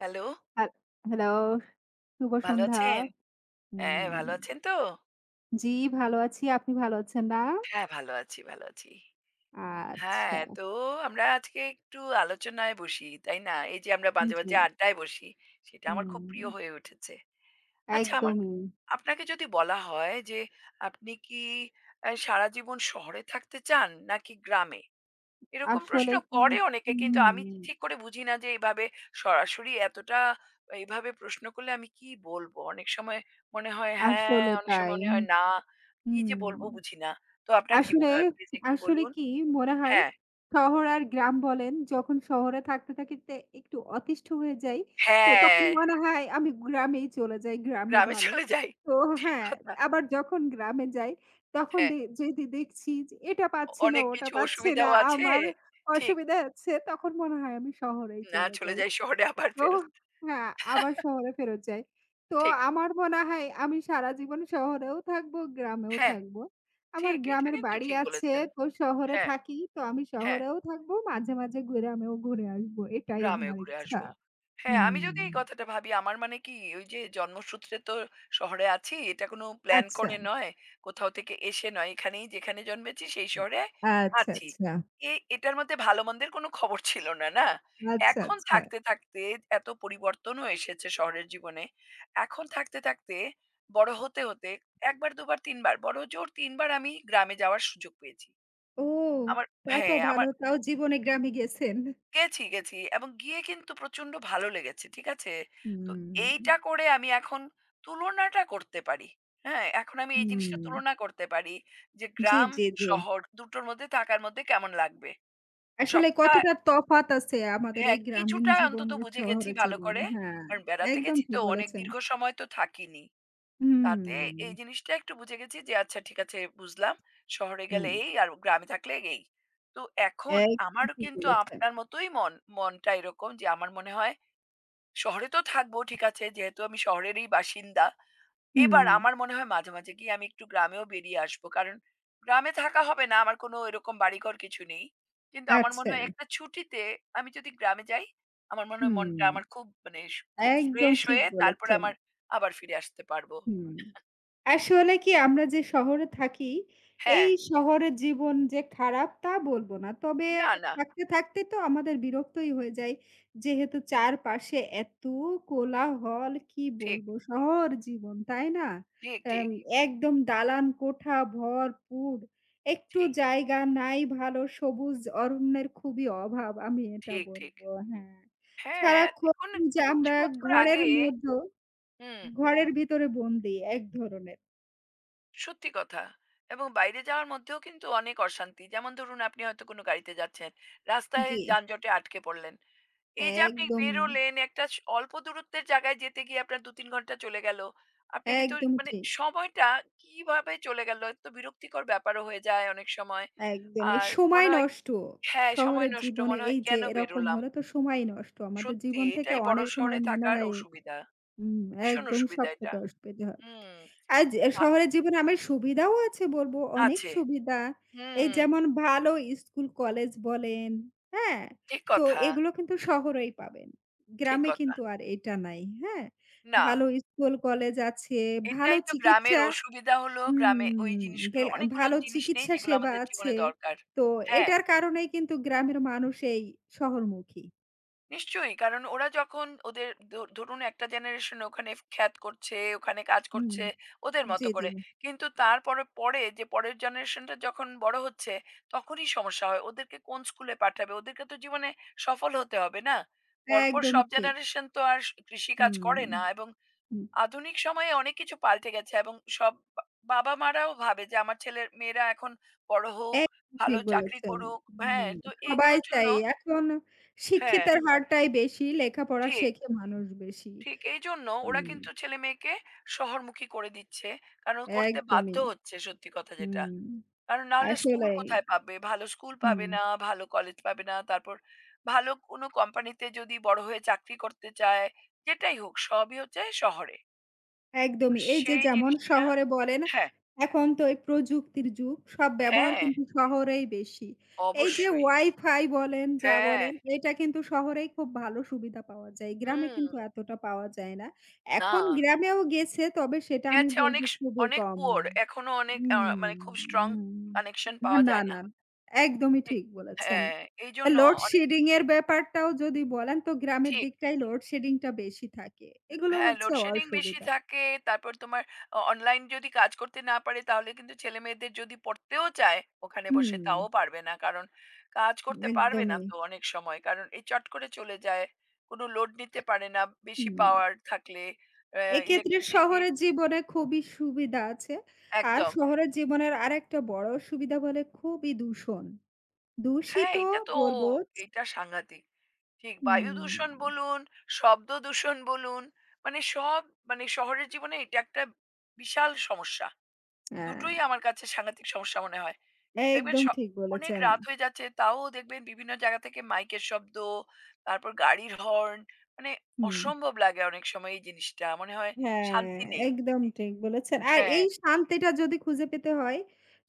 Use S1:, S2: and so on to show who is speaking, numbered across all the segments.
S1: Hello,
S2: হ্যাল hello, শুভ
S1: ভালো
S2: সন্ধ্যা।
S1: আছেন? হ্যাঁ,
S2: উম
S1: ভালো আছেন তো?
S2: জি, ভালো আছি। আপনি ভালো আছেন না?
S1: হ্যাঁ, ভালো আছি, ভালো আছি। হ্যাঁ,
S2: আচ্ছা।
S1: তো আমরা আজকে একটু আলোচনায় বসি, তাই না? এই যে আমরা মাঝে,
S2: জি।
S1: মাঝে আড্ডায় বসি, সেটা আমার খুব
S2: হুম,
S1: প্রিয় হয়ে উঠেছে। আচ্ছা, আমার
S2: একদমই।
S1: আপনাকে যদি বলা হয় যে আপনি কি সারা জীবন শহরে থাকতে চান নাকি গ্রামে? এরকম প্রশ্ন
S2: আসলে কি
S1: করে অনেকে, কিন্তু আমি ঠিক
S2: হুম,
S1: ঠিক করে বুঝি না যে এইভাবে সরাসরি এতটা এইভাবে প্রশ্ন করলে আমি কি বলবো? অনেক সময় মনে হয় হ্যাঁ,
S2: আসলে
S1: অনেক সময়
S2: তাই।
S1: মনে হয় না। কি যে
S2: হুম।
S1: বলবো বুঝি না। তো আপনার কি
S2: আসলে,
S1: মনে হয়, প্লিজ একটু
S2: আসলে
S1: বলুন?
S2: কি মনে হয়
S1: হ্যাঁ,
S2: শহর আর গ্রাম বলেন, যখন শহরে থাকতে একটু অতিষ্ঠ হয়ে যাই, তো তখন
S1: হ্যাঁ,
S2: মনে হয় আমি গ্রামেই চলে যাই, গ্রামই
S1: গ্রামে
S2: ভালো।
S1: চলে যাই।
S2: তো
S1: ঠিক
S2: হ্যাঁ,
S1: কথা।
S2: আবার যখন গ্রামে যাই, তখন
S1: হ্যাঁ,
S2: যদি দেখছি যে এটা পাচ্ছি না,
S1: অনেক
S2: ওটা
S1: কিছু
S2: পাচ্ছি না,
S1: অসুবিধাও আছে।
S2: আমার
S1: ঠিক।
S2: অসুবিধা হচ্ছে, তখন মনে হয় আমি শহরেই
S1: না
S2: চলে
S1: চলে
S2: যাই।
S1: যাই শহরে আবার
S2: তো
S1: ফেরত।
S2: হ্যাঁ, আবার শহরে ফেরত যাই। তো
S1: ঠিক।
S2: আমার মনে হয় আমি সারা জীবন শহরেও থাকবো, গ্রামেও
S1: হ্যাঁ,
S2: থাকবো। আমার
S1: ঠিক। এটা
S2: গ্রামের
S1: কিন্তু
S2: বাড়ি
S1: ঠিক
S2: আছে,
S1: বলেছেন।
S2: তো শহরে
S1: হ্যাঁ,
S2: থাকি। তো আমি
S1: হ্যাঁ।
S2: শহরেও থাকবো, মাঝে, মাঝে গ্রামেও ঘুরে আসবো। এটাই
S1: গ্রামে
S2: আমার
S1: ঘুরে
S2: ইচ্ছা।
S1: আসবো। হ্যাঁ, আমি
S2: হুম,
S1: যদি এই কথাটা ভাবি আমার মানে কি ওই যে জন্মসূত্রে তো শহরে আছি। এটা কোনো প্ল্যান
S2: আচ্ছা।
S1: করে নয়, কোথাও থেকে এসে নয়। এখানেই যেখানে জন্মেছি সেই শহরে
S2: আচ্ছা,
S1: আছি।
S2: আচ্ছা,
S1: এটার মধ্যে ভালো-মন্দের কোনো খবর ছিল না, না?
S2: আচ্ছা,
S1: এখন
S2: আচ্ছা।
S1: থাকতে, থাকতে এত পরিবর্তনও এসেছে শহরের জীবনে। এখন থাকতে, থাকতে বড় হতে, হতে ১ বার, ২ বার, ৩ বার, বড়জোর ৩ বার আমি গ্রামে যাওয়ার সুযোগ পেয়েছি।
S2: ও!
S1: আমার
S2: তাও তো
S1: হ্যাঁ,
S2: ভালো।
S1: আমার
S2: তাও জীবনে গ্রামে গেছেন।
S1: গেছি এবং গিয়ে কিন্তু প্রচন্ড ভালো লেগেছে। ঠিক আছে? তো
S2: হুম,
S1: এইটা করে আমি এখন তুলনাটা করতে পারি। হ্যাঁ? এখন আমি এই জিনিসটা
S2: হুম।
S1: তুলনা করতে পারি যে
S2: জি,
S1: গ্রাম,
S2: জি, জি।
S1: শহর দুটোর মধ্যে থাকার মধ্যে কেমন লাগবে।
S2: আসলে
S1: সবটা
S2: কতটা তফাৎ আছে আমাদের
S1: হ্যাঁ,
S2: এই গ্রামীণ
S1: কিছুটা অন্তত
S2: জীবনের
S1: বুঝে গেছি
S2: শহরের
S1: ভালো
S2: জীবনে।
S1: করে।
S2: হ্যাঁ,
S1: কারণ বেড়াতে
S2: একদম
S1: গেছি
S2: ঠিক
S1: তো, অনেক
S2: বলেছেন।
S1: দীর্ঘ সময় তো থাকিনি। তাতে
S2: হুম,
S1: এই জিনিসটা একটু বুঝে গেছি যে আচ্ছা ঠিক আছে, বুঝলাম। শহরে
S2: হুম,
S1: গেলে এই আর গ্রামে থাকলে এই। তো এখন
S2: একদম
S1: আমারও
S2: ঠিক
S1: কিন্তু
S2: বলেছেন।
S1: আপনার মতোই মন। মনটা এরকম যে আমার মনে হয় শহরে তো থাকবো ঠিক আছে, যেহেতু আমি শহরেরই বাসিন্দা।
S2: হুম,
S1: এবার আমার মনে হয় মাঝে, মাঝে গিয়ে আমি একটু গ্রামেও বেরিয়ে আসবো। কারণ গ্রামে থাকা হবে না, আমার কোনো এরকম বাড়িঘর কিছু নেই। কিন্তু আমার
S2: আচ্ছা,
S1: মনে হয় একটা ছুটিতে আমি যদি গ্রামে যাই, আমার মনে হয় মনটা
S2: হুম,
S1: আমার খুব মানে খুব
S2: একদম
S1: ফ্রেশ
S2: ঠিক
S1: হয়ে তারপরে
S2: বলেছেন।
S1: আমার আবার ফিরে আসতে পারবো।
S2: হুম। আসলে কি আমরা যে শহরে থাকি,
S1: হ্যাঁ।
S2: এই শহরের জীবন যে খারাপ তা বলবো না। তবে
S1: না, না।
S2: থাকতে তো আমাদের বিরক্তই হয়ে যায়। যেহেতু চারপাশে এত কোলাহল কি
S1: ঠিক,
S2: বলবো? শহর জীবন, তাই না?
S1: ঠিক,
S2: অ্যাম
S1: ঠিক,
S2: একদম দালান কোঠা ভরপুর। একটু
S1: ঠিক,
S2: জায়গা নাই ভালো সবুজ অরণ্যের খুবই অভাব আমি এটা
S1: ঠিক, ঠিক।
S2: বলবো। হ্যাঁ,
S1: হ্যাঁ,
S2: সারাক্ষণ
S1: দেখুন
S2: যে
S1: কিছু
S2: আমরা
S1: বছর
S2: ঘরের
S1: আগে
S2: মধ্য
S1: হুম,
S2: ঘরের ভিতরে বন্দী এক ধরনের।
S1: সত্যি কথা। এবং বাইরে যাওয়ার মধ্যেও কিন্তু অনেক অশান্তি। যেমন ধরুন, আপনি হয়তো কোনো গাড়িতে যাচ্ছেন, রাস্তায়
S2: জি,
S1: যানজটে আটকে পড়লেন। এই যে আপনি
S2: একদমই,
S1: বেরোলেন একটা অল্প দূরত্বের জায়গায় যেতে গিয়ে আপনার ২-৩ ঘন্টা চলে গেল। আপনি কিন্তু
S2: একদমই
S1: মানে
S2: ঠিক।
S1: সময়টা কিভাবে চলে গেল, এত বিরক্তিকর ব্যাপারও হয়ে যায় অনেক সময়।
S2: একদমই
S1: আর
S2: সময়
S1: মনে হয়
S2: নষ্ট।
S1: হ্যাঁ, সময়
S2: শহরের
S1: নষ্ট।
S2: জীবনে
S1: মনে হয়
S2: এই যে
S1: কেন
S2: এরকম
S1: বেরোলাম?
S2: হলে তো সময় নষ্ট। আমাদের
S1: সত্যি
S2: জীবন থেকে
S1: এটাই বড়
S2: অনেক সময়
S1: শহরে
S2: মনে
S1: থাকার
S2: হয়
S1: অসুবিধা।
S2: হুম,
S1: ভীষণ
S2: একদম সব
S1: অসুবিধা এটা।
S2: থেকে অসুবিধা হয়।
S1: হুম,
S2: আজ
S1: আ
S2: শহরের জীবনে আমার সুবিধাও আছে বলব, অনেক
S1: আছে।
S2: সুবিধা। এই
S1: হুম,
S2: যেমন ভালো স্কুল, কলেজ বলেন, হ্যাঁ?
S1: ঠিক
S2: তো
S1: কথা,
S2: এগুলো কিন্তু শহরেই পাবেন।
S1: ঠিক
S2: গ্রামে
S1: কথা।
S2: কিন্তু আর এটা নাই, হ্যাঁ?
S1: না,
S2: ভালো স্কুল, কলেজ আছে, ভালো
S1: এটাই তো গ্রামের
S2: চিকিৎসা
S1: অসুবিধা, হলো গ্রামে ওই
S2: হুম,
S1: জিনিসগুলো
S2: গেলা
S1: অনেকগুলো
S2: ভালো
S1: জিনিস নেই
S2: চিকিৎসা
S1: যেগুলো
S2: সেবা
S1: আমাদের
S2: আছে।
S1: জীবনে দরকার।
S2: তো
S1: হ্যাঁ।
S2: এটার কারণেই কিন্তু গ্রামের মানুষ এই শহরমুখী।
S1: নিশ্চয়ই, কারণ ওরা যখন ওদের ধরুন একটা জেনারেশন ওখানে খ্যাত করছে ওখানে কাজ
S2: হুম,
S1: করছে ওদের
S2: জি,
S1: মতো
S2: জি।
S1: করে কিন্তু তারপরে পরে যে পরের জেনারেশনটা যখন বড় হচ্ছে তখনই সমস্যা হয় ওদেরকে কোন স্কুলে পাঠাবে, ওদেরকে তো জীবনে সফল হতে হবে না পরপর
S2: একদমই
S1: সব
S2: ঠিক।
S1: জেনারেশন তো আর কৃষি
S2: হুম,
S1: কাজ করে না এবং
S2: হুম,
S1: আধুনিক সময়ে অনেক কিছু পাল্টে গেছে এবং সব বাবা মারাও ভাবে যে আমার ছেলের মেয়েরা এখন বড় হোক,
S2: একদম
S1: ভালো
S2: ঠিক
S1: চাকরি
S2: বলেছেন।
S1: করুক। হ্যাঁ,
S2: হুম,
S1: তো
S2: সবাই
S1: এইগুলোর জন্য
S2: চাই। এখন
S1: হ্যাঁ
S2: শিক্ষিতের হারটাই বেশি, লেখাপড়া
S1: ঠিক
S2: শেখে মানুষ বেশি।
S1: ঠিক এই জন্য ওরা
S2: হুম,
S1: কিন্তু ছেলেমেয়েকে শহরমুখী করে দিচ্ছে। কারণ করতে বাধ্য
S2: একদমই।
S1: হচ্ছে, সত্যি কথা যেটা।
S2: হুম,
S1: কারণ নাহলে স্কুল
S2: আসলেই।
S1: কোথায় পাবে? ভালো স্কুল
S2: হুম।
S1: পাবে না, ভালো কলেজ পাবে না। তারপর ভালো কোনো কোম্পানিতে যদি বড় হয়ে চাকরি করতে চায়, যেটাই হোক সবই হচ্ছে শহরে। তো
S2: একদমই। এই যে
S1: সেই
S2: যেমন
S1: জিনিসটা
S2: শহরে বলেন,
S1: হ্যাঁ,
S2: এখন তো এই প্রযুক্তির যুগ। সব ব্যবহার
S1: হ্যাঁ,
S2: কিন্তু শহরেই বেশি। এই যে
S1: অবশ্যই।
S2: Wi-Fi বলেন, যা
S1: হ্যাঁ,
S2: বলেন, এটা কিন্তু শহরেই খুব ভালো সুবিধা পাওয়া যায়। গ্রামে
S1: হুম,
S2: কিন্তু এতটা পাওয়া যায় না।
S1: না।
S2: এখন গ্রামেও গেছে, তবে সেটা আমি
S1: গেছে
S2: বলব
S1: অনেক
S2: খুবই
S1: অনেক
S2: কম।
S1: পুয়ার। এখনো অনেক
S2: হুম,
S1: মানে খুব স্ট্রং
S2: হুম।
S1: কানেকশন পাওয়া
S2: না,
S1: যায় না।
S2: না। একদমই
S1: এ
S2: ঠিক বলেছেন।
S1: হ্যাঁ, এইজন্য অনেক
S2: লোডশেডিং এর ব্যাপারটাও যদি বলেন, তো গ্রামের
S1: ঠিক।
S2: দিকটাই লোডশেডিংটা বেশি থাকে। এগুলো
S1: হ্যাঁ,
S2: হচ্ছে
S1: লোডশেডিং বেশি
S2: অসুবিধা।
S1: থাকে। তারপর তোমার অনলাইন যদি কাজ করতে না পারে তাহলে কিন্তু ছেলেমেয়েদের যদি পড়তেও চায় ওখানে বসে
S2: হুম,
S1: তাও পারবে না। কারণ কাজ করতে পারবে না
S2: একদমই।
S1: তো অনেক সময়। কারণ এই চট করে চলে যায়। কোনো লোড নিতে পারে না বেশি
S2: হুম,
S1: পাওয়ার থাকলে। অ্যা
S2: এক্ষেত্রে
S1: ইলেকট্রিসিটি
S2: শহরের জীবনে খুবই সুবিধা আছে। আর
S1: একদম।
S2: শহরের জীবনের আরেকটা বড় সুবিধা বলে খুবই দূষণ।
S1: হ্যাঁ,
S2: দূষিত
S1: এটা তো
S2: বলব
S1: এটা সাংঘাতিক। ঠিক বায়ু
S2: হুম,
S1: দূষণ বলুন, শব্দ দূষণ বলুন, মানে সব মানে শহরের জীবনে এটা একটা বিশাল সমস্যা।
S2: হ্যাঁ,
S1: দুটোই আমার কাছে সাংঘাতিক সমস্যা মনে হয়। দেখবেন
S2: একদম ঠিক
S1: অনেক
S2: বলেছেন।
S1: রাত হয়ে যাচ্ছে, তাও দেখবেন বিভিন্ন জায়গা থেকে মাইকের শব্দ, তারপর গাড়ির হর্ন মানে
S2: হুম।
S1: অসম্ভব লাগে অনেক সময় এই জিনিসটা। মনে হয়
S2: হ্যাঁ,
S1: শান্তি নেই।
S2: একদম ঠিক বলেছেন। আর
S1: হ্যাঁ,
S2: এই শান্তিটা যদি খুঁজে পেতে হয়,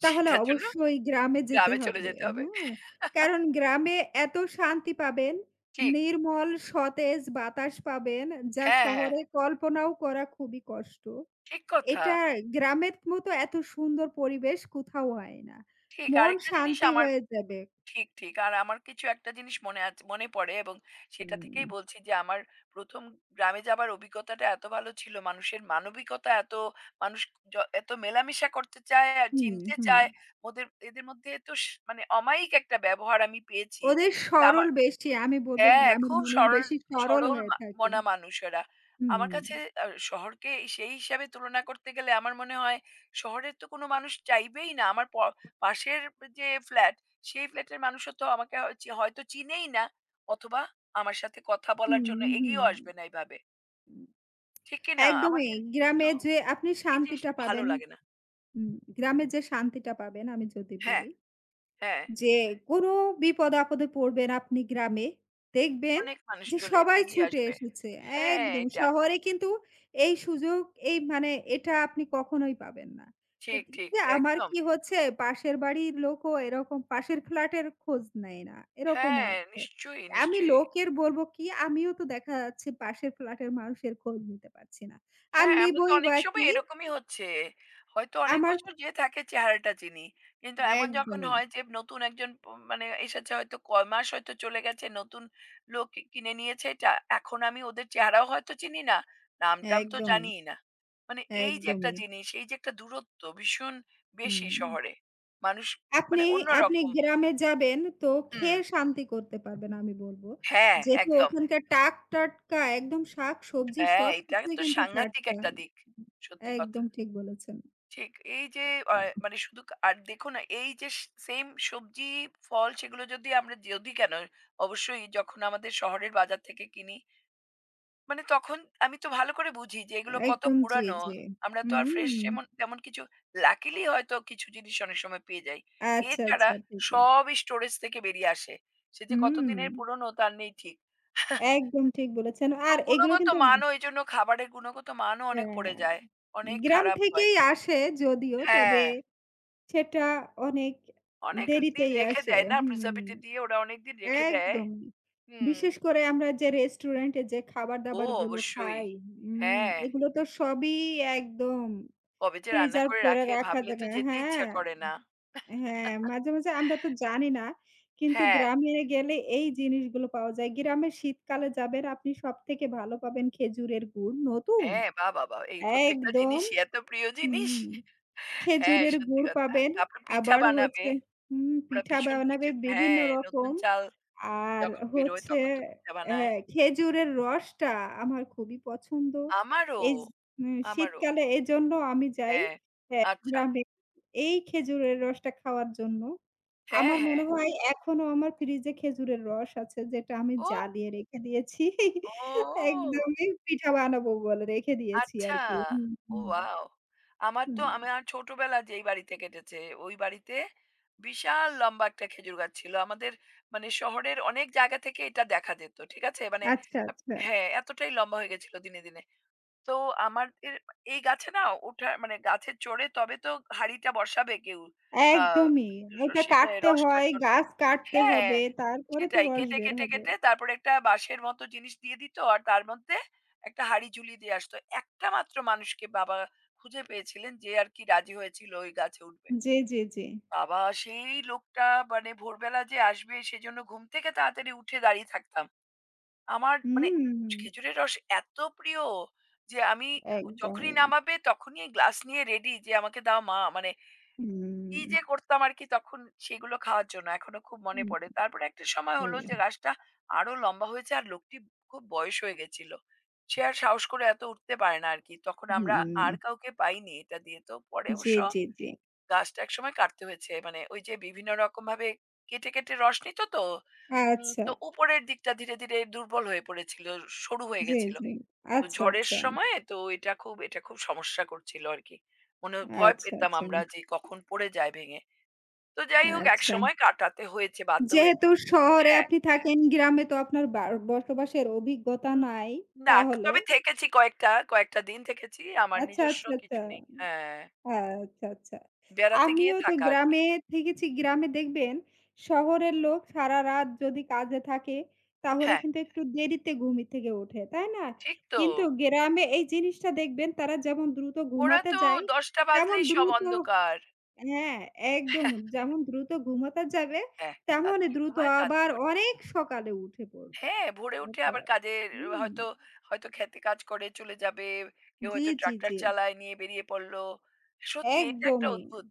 S2: তাহলে
S1: সেটার জন্য
S2: অবশ্যই গ্রামে যেতে
S1: গ্রামে চলে
S2: হবে।
S1: যেতে হবে।
S2: হ্যাঁ? কারণ গ্রামে এত শান্তি পাবেন,
S1: ঠিক।
S2: নির্মল সতেজ বাতাস পাবেন, যা
S1: হ্যাঁ, হ্যাঁ।
S2: শহরে কল্পনাও করা খুবই কষ্ট।
S1: ঠিক কথা।
S2: এটা গ্রামের মতো এত সুন্দর পরিবেশ কোথাও হয় না।
S1: ঠিক
S2: মন
S1: আরেকটা জিনিস
S2: শান্তি
S1: আমার
S2: হয়ে যাবে।
S1: ঠিক, ঠিক। আর আমার কিছু একটা জিনিস মনে মনে পড়ে এবং সেটা
S2: হুম,
S1: থেকেই বলছি যে আমার ১ম গ্রামে যাবার অভিজ্ঞতাটা এত ভালো ছিল। মানুষের মানবিকতা এত মানুষ এত মেলামেশা করতে চায় আর
S2: হুম,
S1: চিনতে
S2: হুম।
S1: চায়। ওদের এদের মধ্যে এত মানে অমায়িক একটা ব্যবহার আমি পেয়েছি।
S2: ওদের
S1: যে
S2: সরল
S1: আমার
S2: বেশি। আমি বলব
S1: হ্যাঁ,
S2: গ্রামের
S1: খুব
S2: মানুষ
S1: সরল
S2: বেশি সরল
S1: সরল
S2: হয়ে থাকে।
S1: মানুষ ওরা। আমার
S2: হুম।
S1: কাছে শহরকে সেই হিসাবে তুলনা করতে গেলে আমার মনে হয় শহরের তো কোনো মানুষ চাইবেই না। আমার পাশের যে ফ্ল্যাট, সেই ফ্ল্যাটের মানুষও তো আমাকে হয় হয়তো চিনেই না অথবা আমার সাথে কথা বলার জন্য
S2: হুম, হুম।
S1: এগিয়েও আসবে না এভাবে। ঠিক কি না? আমার
S2: একদমই গ্রামে
S1: কিন্তু
S2: যে আপনি
S1: এই
S2: শান্তিটা
S1: জিনিসটা ভালো
S2: পাবেন,
S1: লাগে না।
S2: হুম, গ্রামে যে শান্তিটা পাবেন আমি যদি
S1: হ্যাঁ,
S2: বলি,
S1: হ্যাঁ,
S2: যে কোনো বিপদ-আপদে পড়বেন আপনি গ্রামে, দেখবেন
S1: অনেক মানুষ
S2: যে
S1: চলে
S2: সবাই
S1: এগিয়ে
S2: ছুটে
S1: আসবে।
S2: এসেছে।
S1: হ্যাঁ,
S2: একদম
S1: এটা।
S2: শহরে কিন্তু এই সুযোগ এই মানে এটা আপনি কখনোই পাবেন না।
S1: ঠিক,
S2: এটি
S1: ঠিক।
S2: যে আমার
S1: একদম।
S2: কি হচ্ছে পাশের বাড়ির লোকও এরকম পাশের ফ্ল্যাটের খোঁজ নেয় না। এরকমও
S1: হ্যাঁ,
S2: আছে।
S1: নিশ্চয়ই,
S2: আমি
S1: নিশ্চয়ই।
S2: লোকের বলব কি আমিও তো দেখা যাচ্ছে পাশের ফ্ল্যাটের মানুষের খোঁজ নিতে পারছি না। আর
S1: হ্যাঁ, আমরা তো
S2: নিবই
S1: অনেক
S2: বা
S1: সময়
S2: কি?
S1: এরকমই হচ্ছে। হয়তো অনেক
S2: আমার
S1: বছর যে থাকে চেহারাটা চিনি। কিন্তু এমন যখন
S2: একদমই,
S1: হয় যে নতুন একজন মানে এসেছে হয়তো কয় মাস হয়তো চলে গেছে, নতুন লোক কি কিনে নিয়েছে এটা। এখন আমি ওদের চেহারাও হয়তো চিনি না, নাম-টাম তো
S2: একদমই,
S1: জানিই না। মানে এই যে একটা
S2: একদমই।
S1: জিনিস, এই যে একটা দূরত্ব ভীষণ বেশি
S2: হুম।
S1: শহরে। মানুষ মানে
S2: আপনি আপনি
S1: অন্যরকম
S2: গ্রামে যাবেন তো
S1: হুম,
S2: খেয়ে শান্তি করতে পারবেন আমি বলব।
S1: হ্যাঁ,
S2: যেহেতু
S1: একদম।
S2: ওখানকার টাক-টাটকা একদম শাক-সবজি
S1: হ্যাঁ, এটা
S2: সবকিছুই
S1: তো
S2: কিন্তু
S1: সাংঘাতিক
S2: টাটকা।
S1: একটা দিক। সত্যি কথা।
S2: একদম ঠিক বলেছেন।
S1: ঠিক। এই যে আ
S2: এ
S1: মানে শুধু আর দেখুন এই যে সেইম সবজি, ফল সেগুলো যদি আমরা যদি কেন অবশ্যই যখন আমাদের শহরের বাজার থেকে কিনি, মানে তখন আমি তো ভালো করে বুঝি যে এগুলো কত
S2: একদম জি,
S1: পুরানো।
S2: জি।
S1: আমরা তো আর ফ্রেশ
S2: হুম।
S1: সেমন তেমন কিছু লাকিলি হয়তো কিছু জিনিস অনেক সময় পেয়ে যাই।
S2: আচ্ছা,
S1: এছাড়া
S2: আচ্ছা ঠিকই।
S1: সবই স্টোরেজ থেকে বেরিয়ে আসে। সে যে
S2: হুম।
S1: কতদিনের পুরনো তার নেই ঠিক।
S2: একদম ঠিক বলেছেন।
S1: তো
S2: আর এগুলো
S1: গুণগত
S2: কিন্তু
S1: মানও এজন্য খাবারের গুণগত মানও অনেক পড়ে
S2: হ্যাঁ,
S1: যায়। অনেক
S2: গ্রাম
S1: খারাপ হয়।
S2: থেকেই আসে যদিও তবে
S1: হ্যাঁ।
S2: সেটা অনেক
S1: অনেক দিন
S2: দেরিতেই
S1: রেখে
S2: আসে।
S1: দেয় না,
S2: হুম।
S1: প্রিজার্ভেটিভ দিয়ে ওরা অনেকদিন রেখে দেয়।
S2: একদমই।
S1: হুম।
S2: বিশেষ করে আমরা যে রেস্টুরেন্টে যে
S1: ও
S2: খাবার-দাবারগুলো
S1: অবশ্যই।
S2: খাই, উম
S1: হ্যাঁ,
S2: এগুলো তো সবই একদম
S1: কবে যে রান্না
S2: প্রিজার্ভ
S1: করে
S2: করে
S1: রাখে
S2: রাখা
S1: ভাবলে তো
S2: জায়গা
S1: যেতে
S2: হ্যাঁ।
S1: ইচ্ছা করে না।
S2: হ্যাঁ, মাঝে, মাঝে আমরা তো জানি না। কিন্তু
S1: হ্যাঁ,
S2: গ্রামে গেলে এই জিনিসগুলো পাওয়া যায়। গ্রামে শীতকালে যাবেন আপনি সবথেকে ভালো পাবেন খেজুরের গুড় নতুন
S1: হ্যাঁ, বাহ! বাহ! বাহ! এই প্রত্যেকটা
S2: একদম
S1: জিনিসই এত প্রিয় জিনিস।
S2: হুম।
S1: হ্যাঁ,
S2: খেজুরের
S1: সত্যি
S2: গুড়
S1: কথা।
S2: পাবেন।
S1: তারপর পিঠা
S2: আবার
S1: বানাবে।
S2: হচ্ছে হুম,
S1: ওরা
S2: পিঠা
S1: ভীষণ
S2: বানাবে
S1: পিঠে
S2: বিভিন্ন
S1: হ্যাঁ, নতুন
S2: রকম।
S1: চাল
S2: আর
S1: যখন বেরোয়
S2: হচ্ছে
S1: তখন তো পিঠা বানায়।
S2: হ্যাঁ, খেজুরের রসটা আমার খুবই পছন্দ।
S1: আমারও,
S2: এই জ
S1: আমারও।
S2: শীতকালে এজন্য আমি যাই
S1: হ্যাঁ,
S2: হ্যাঁ,
S1: আচ্ছা।
S2: গ্রামে। এই খেজুরের রসটা খাওয়ার জন্য।
S1: হ্যাঁ,
S2: আমার
S1: হ্যাঁ।
S2: মনে হয় এখনো আমার ফ্রিজে খেজুরের রস আছে যেটা আমি
S1: ও!
S2: জ্বালিয়ে রেখে দিয়েছি।
S1: ও!
S2: একদমই পিঠা বানাবো বলে রেখে দিয়েছি
S1: আচ্ছা।
S2: আরকি। হুম,
S1: ও
S2: হুম,
S1: ওয়াও! আমার
S2: হুম।
S1: তো আমার ছোটবেলা যেই বাড়িতে কেটেছে, ওই বাড়িতে বিশাল লম্বা একটা খেজুর গাছ ছিল। আমাদের মানে শহরের অনেক জায়গা থেকে এটা দেখা যেত। ঠিক আছে? মানে
S2: আচ্ছা,
S1: আপ
S2: আচ্ছা।
S1: হ্যাঁ, এতটাই লম্বা হয়ে গেছিল দিনে, দিনে। তো আমাদের এই গাছে না ওঠা মানে গাছে চড়ে তবে তো হাঁড়িটা বসাবে কেউ আ
S2: একদমই। ওটা
S1: রসে
S2: কাটতে
S1: রসটার
S2: হয়,
S1: জন্য।
S2: গাছ কাটতে
S1: হ্যাঁ,
S2: হবে, তারপরে তো
S1: সেটাই।
S2: রস
S1: কেটে,
S2: বের
S1: কেটে,
S2: হবে।
S1: কেটে তারপরে একটা বাঁশের মতো জিনিস দিয়ে দিত। আর তার মধ্যে একটা হাঁড়ি ঝুলিয়ে দিয়ে আসতো। একটা মাত্র মানুষকে বাবা খুঁজে পেয়েছিলেন যে আরকি রাজি হয়েছিল ওই গাছে উঠবে।
S2: জি, জি, জি।
S1: বাবা! সেই লোকটা মানে ভোরবেলা যে আসবে সেজন্য ঘুম থেকে তাড়াতাড়ি উঠে দাঁড়িয়ে থাকতাম। আমার মানে
S2: হুম,
S1: খেজুরের রস এত প্রিয় যে আমি যখনই
S2: একদমই।
S1: নামাবে তখনই গ্লাস নিয়ে রেডি যে আমাকে দাও মা মানে
S2: হুম,
S1: কি যে করতাম আর কি তখন সেগুলো খাওয়ার জন্য এখনো খুব মনে
S2: হুম,
S1: পড়ে। তারপরে একটা সময়
S2: হুম,
S1: হলো যে গাছটা আরো লম্বা হয়েছে আর লোকটি খুব বয়স হয়ে গেছিল। সে আর সাহস করে এত উঠতে পারে না আর কি। তখন আমরা
S2: হুম।
S1: আর কাউকে পাইনি এটা দিয়ে। তো পরে
S2: জি,
S1: অবশ্য
S2: জি, জি।
S1: গাছটা একসময় কাটতে হয়েছে। মানে ওই যে বিভিন্ন রকমভাবে কেটে, কেটে রস নিত তো।
S2: আচ্ছা।
S1: তো উপরের দিকটা ধীরে, ধীরে দুর্বল হয়ে পড়েছিল, সরু হয়ে
S2: জি,
S1: গেছিল।
S2: জি।
S1: তো
S2: আচ্ছা,
S1: ঝড়ের
S2: আচ্ছা।
S1: সময়ে তো এটা খুব এটা খুব সমস্যা করছিল আর কি। মনে ভয়
S2: আচ্ছা,
S1: পেতাম
S2: আচ্ছা।
S1: আমরা যে কখন পড়ে যায় ভেঙে। তো যাই হোক
S2: আচ্ছা।
S1: একসময় কাটাতে হয়েছে, বাধ্য হয়েছি।
S2: যেহেতু শহরে
S1: হ্যাঁ।
S2: আপনি থাকেন, গ্রামে তো আপনার বসবাসের অভিজ্ঞতা
S1: উম
S2: নাই
S1: না,
S2: তাহলে।
S1: তবে থেকেছি কয়েকটা দিন থেকেছি। আমার
S2: আচ্ছা,
S1: নিজস্ব
S2: আচ্ছা, আচ্ছা।
S1: কিছু নেই। হ্যাঁ,
S2: আচ্ছা, আচ্ছা।
S1: বেড়াতে গিয়ে
S2: আমিও তো
S1: থাকা আরকি।
S2: গ্রামে থেকেছি। গ্রামে দেখবেন শহরের লোক সারারাত যদি কাজে থাকে তাহলে
S1: হ্যাঁ,
S2: কিন্তু একটু দেরিতে ঘুম থেকে ওঠে, তাই না?
S1: ঠিক তো।
S2: কিন্তু গ্রামে এই জিনিসটা দেখবেন তারা যেমন দ্রুত
S1: ওরা
S2: ঘুমাতে
S1: তো
S2: যায়,
S1: ১০:০০
S2: তেমন
S1: বাজলেই সব
S2: দ্রুত
S1: অন্ধকার।
S2: হ্যাঁ, একদম
S1: হ্যাঁ,
S2: যেমন দ্রুত ঘুমাতে যাবে
S1: হ্যাঁ,
S2: তেমনই
S1: তাড়াতাড়ি
S2: দ্রুত
S1: ঘুমায়,
S2: আবার
S1: তাড়াতাড়ি ওঠে।
S2: অনেক সকালে উঠে পড়বে।
S1: হ্যাঁ, ভোরে উঠে
S2: ওটা
S1: আবার কাজের
S2: হুম।
S1: হয়তো, হয়তো খেতে কাজ করে চলে যাবে। কেউ
S2: জি,
S1: হয়তো
S2: জি,
S1: ট্রাক্টর
S2: জি।
S1: চালায় নিয়ে বেরিয়ে পড়ল। সত্যি এটা একটা
S2: একদমই।
S1: অদ্ভুত।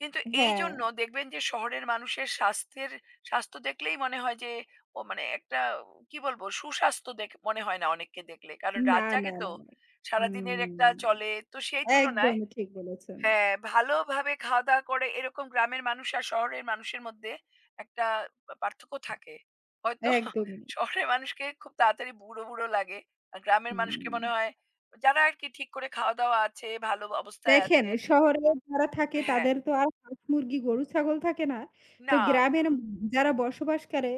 S1: কিন্তু
S2: হ্যাঁ।
S1: এইজন্য দেখবেন যে শহরের মানুষের স্বাস্থ্যের স্বাস্থ্য দেখলেই মনে হয় যে ও মানে একটা কি বলবো সুস্বাস্থ্য দেখ মনে হয় না অনেককে দেখলে। কারণ
S2: না,
S1: রাত
S2: না,
S1: জাগে তো।
S2: না, না।
S1: সারাদিনের
S2: হুম,
S1: একটা চলে। তো সেই তুলনায়
S2: একদমই ঠিক বলেছেন।
S1: হ্যাঁ, ভালোভাবে খাওয়া-দাওয়া করে এরকম গ্রামের মানুষ আর শহরের মানুষের মধ্যে একটা পার্থক্য থাকে। হয়তো
S2: একদমই।
S1: শহরের মানুষকে খুব তাড়াতাড়ি বুড়ো, বুড়ো লাগে। আর গ্রামের মানুষকে
S2: হুম।
S1: মনে হয় যারা আরকি ঠিক করে খাওয়া-দাওয়া আছে, ভালো অবস্থায়
S2: দেখেন
S1: আছে
S2: শহরে যারা থাকে
S1: হ্যাঁ,
S2: তাদের তো আর হাঁস, মুরগি, গরু, ছাগল থাকে না। তো
S1: না
S2: গ্রামের যারা বসবাস করে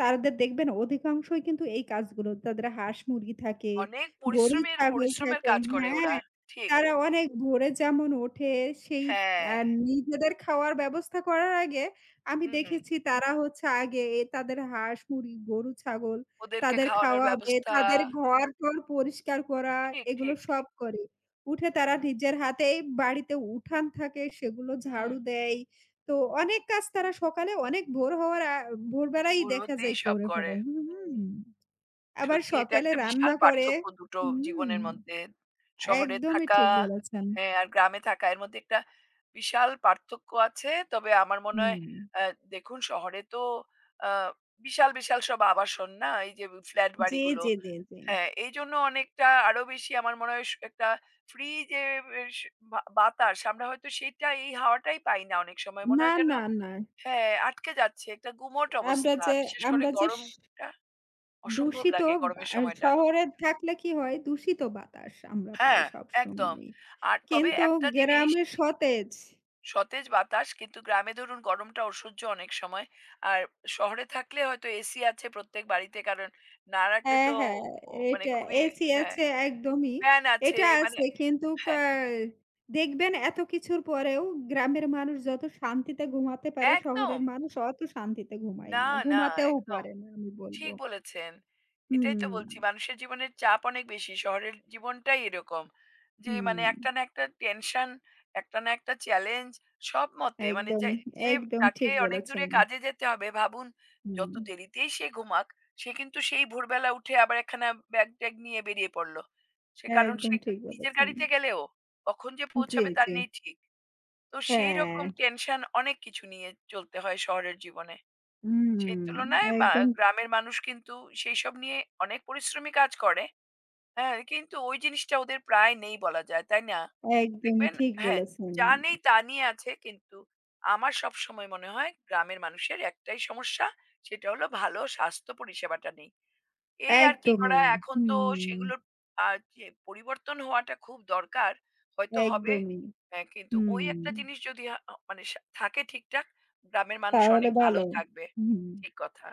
S2: তাদের দেখবেন অধিকাংশই কিন্তু এই কাজগুলো। তাদের হাঁস, মুরগি থাকে,
S1: অনেক
S2: গরু,
S1: পরিশ্রমের
S2: ছাগল
S1: পরিশ্রমের
S2: থাকে
S1: কাজ করে
S2: হ্যাঁ,
S1: ওরা। ঠিক।
S2: তারা অনেক ভোরে যেমন ওঠে সেই
S1: হ্যাঁ,
S2: আ নিজেদের খাওয়ার ব্যবস্থা করার আগে আমি
S1: হুম।
S2: দেখেছি তারা হচ্ছে আগে তাদের হাঁস, মুরগি, গরু, ছাগল
S1: ওদেরকে
S2: তাদের
S1: খাওয়ানোর
S2: খাওয়াবে,
S1: ব্যবস্থা
S2: তাদের ঘর-টর পরিষ্কার করা
S1: ঠিক,
S2: এগুলো
S1: ঠিক,
S2: সব
S1: ঠিক।
S2: করে। উঠে তারা
S1: হুম,
S2: নিজের হাতেই বাড়িতে উঠান থাকে সেগুলো
S1: হুম।
S2: ঝাড়ু দেয়। তো অনেক কাজ তারা সকালে অনেক ভোর হওয়ার ভোরবেলাই
S1: ভোর
S2: দেখা
S1: হতেই
S2: যায়
S1: সব
S2: করে ফেলে।
S1: করে।
S2: হুম।
S1: হুম।
S2: হুম। আবার
S1: সত্যি এটা
S2: সকালে
S1: একটা বিশাল
S2: রান্না করে
S1: পার্থক্য দুটো
S2: হুম,
S1: জীবনের মধ্যে। শহরে
S2: একদমই
S1: থাকা
S2: ঠিক বলেছেন।
S1: হ্যাঁ, আর গ্রামে থাকা এর মধ্যে একটা বিশাল পার্থক্য আছে। তবে আমার মনে হয়
S2: হুম।
S1: আ দেখুন শহরে তো আ বিশাল, বিশাল সব আবাসন না? এই যে ফ্ল্যাট
S2: জি,
S1: বাড়িগুলো।
S2: জি, জি, জি।
S1: হ্যাঁ, এইজন্য অনেকটা আরো বেশি আমার মনে হয় একটা ফ্রি যে বেশ বাতাস আমরা হয়তো সেটা এই হাওয়াটাই পাই না অনেক সময়। মনে
S2: না,
S1: হয় যেন
S2: না, না।
S1: হ্যাঁ, আটকে যাচ্ছে। একটা গুমোট
S2: আমরা
S1: অবস্থা।
S2: যে
S1: বিশেষ করে
S2: আমরা যে স
S1: গরমটা অসম্ভব
S2: দূষিত
S1: লাগে গরমের সময়টা।
S2: শহরে থাকলে কি হয় দূষিত বাতাস আমরা পাই
S1: হ্যাঁ, একদম।
S2: সবসময়ই।
S1: আর তবে
S2: কিন্তু
S1: একটা জিনিস
S2: গ্রামে সতেজ।
S1: সতেজ বাতাস কিন্তু গ্রামে ধরুন গরমটা অসহ্য অনেক সময়। আর শহরে থাকলে হয়তো এসি আছে প্রত্যেক বাড়িতে কারণ না রাখলে
S2: হ্যাঁ,
S1: তো
S2: হ্যাঁ,
S1: ও মানে
S2: এটা
S1: খুবই
S2: এসি
S1: হ্যাঁ,
S2: আছে একদমই।
S1: ফ্যান আছে
S2: এটা
S1: মানে
S2: আছে কিন্তু
S1: হ্যাঁ,
S2: আ দেখবেন এত কিছুর পরেও গ্রামের মানুষ যত শান্তিতে ঘুমাতে পারে
S1: একদম।
S2: শহরের মানুষ অত শান্তিতে ঘুমায়
S1: না,
S2: না।
S1: না,
S2: ঘুমাতেও
S1: একদম।
S2: পারে না আমি বলব।
S1: ঠিক বলেছেন। এটাই তো
S2: হুম,
S1: বলছি মানুষের জীবনের চাপ অনেক বেশি। শহরের জীবনটাই এরকম। যে মানে
S2: হুম,
S1: একটা না একটা টেনশন, একটা না একটা চ্যালেঞ্জ সব মতে মানে যে
S2: একদমই,
S1: যে
S2: একদম
S1: তাকে
S2: ঠিক
S1: অনেক
S2: বলেছেন।
S1: দূরে কাজে যেতে হবে ভাবুন যত
S2: হুম,
S1: দেরিতেই সে ঘুমাক সে কিন্তু সেই ভোরবেলা উঠে আবার একখানা ব্যাগ-ট্যাগ নিয়ে বেরিয়ে পড়ল। সে কারণ
S2: একদম
S1: সে
S2: ঠিক
S1: নিজের
S2: বলেছেন।
S1: গাড়িতে গেলেও কখন যে
S2: জি,
S1: পৌঁছাবে তার
S2: জি।
S1: নেই ঠিক। তো সেই রকম
S2: হ্যাঁ,
S1: টেনশন অনেক কিছু নিয়ে চলতে হয় শহরের জীবনে।
S2: হুম,
S1: সেই তুলনায়
S2: একদম,
S1: গ্রামের মানুষ কিন্তু সেইসব নিয়ে অনেক পরিশ্রমী কাজ করে। হ্যাঁ? কিন্তু ওই জিনিসটা ওদের প্রায় নেই বলা যায়, তাই না?
S2: একদমই
S1: দেখবেন
S2: ঠিক
S1: হ্যাঁ,
S2: বলেছেন।
S1: যা নেই তা নিয়ে আছে কিন্তু আমার সবসময় মনে হয় গ্রামের মানুষের একটাই সমস্যা, সেটা হলো ভালো স্বাস্থ্য পরিষেবাটা নেই। এই আর কি
S2: একদমই,
S1: করা, এখন তো
S2: হুম,
S1: সেগুলোর আ যে পরিবর্তন হওয়াটা খুব দরকার। হয়তো হবে
S2: একদমই।
S1: হ্যাঁ, কিন্তু ওই
S2: হুম,
S1: একটা জিনিস যদি মানে থাকে ঠিকঠাক, গ্রামের মানুষ
S2: তাহলে
S1: অনেক ভালো
S2: ভালো।
S1: থাকবে।
S2: হুম,
S1: ঠিক কথা।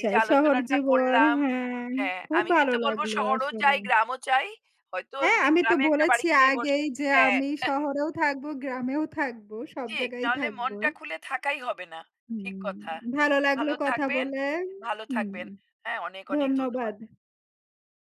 S1: এই যে
S2: শহর
S1: আলোচনাটা
S2: জীবন
S1: করলাম
S2: হ্যাঁ,
S1: হ্যাঁ,
S2: খুব
S1: আমি
S2: ভালো
S1: কিন্তু বলব
S2: লাগলো
S1: শহরও
S2: আসলে।
S1: চাই, গ্রামও চাই। হয়তো
S2: হ্যাঁ,
S1: একদিন
S2: আমি তো
S1: গ্রামে একটা বাড়ি
S2: বলেছি
S1: কিনে
S2: আগেই যে
S1: হ্যাঁ,
S2: আমি শহরেও থাকবো, গ্রামেও থাকবো, সব
S1: ঠিক।
S2: জায়গায়
S1: নাহলে
S2: থাকবো।
S1: মনটা খুলে থাকাই হবে না। ঠিক
S2: হুম,
S1: কথা।
S2: ভালো লাগলো
S1: ভালো
S2: কথা
S1: থাকবেন,
S2: বলে।
S1: ভালো
S2: হুম,
S1: থাকবেন। হ্যাঁ, অনেক, অনেক ধন্যবাদ।
S2: ধন্যবাদ।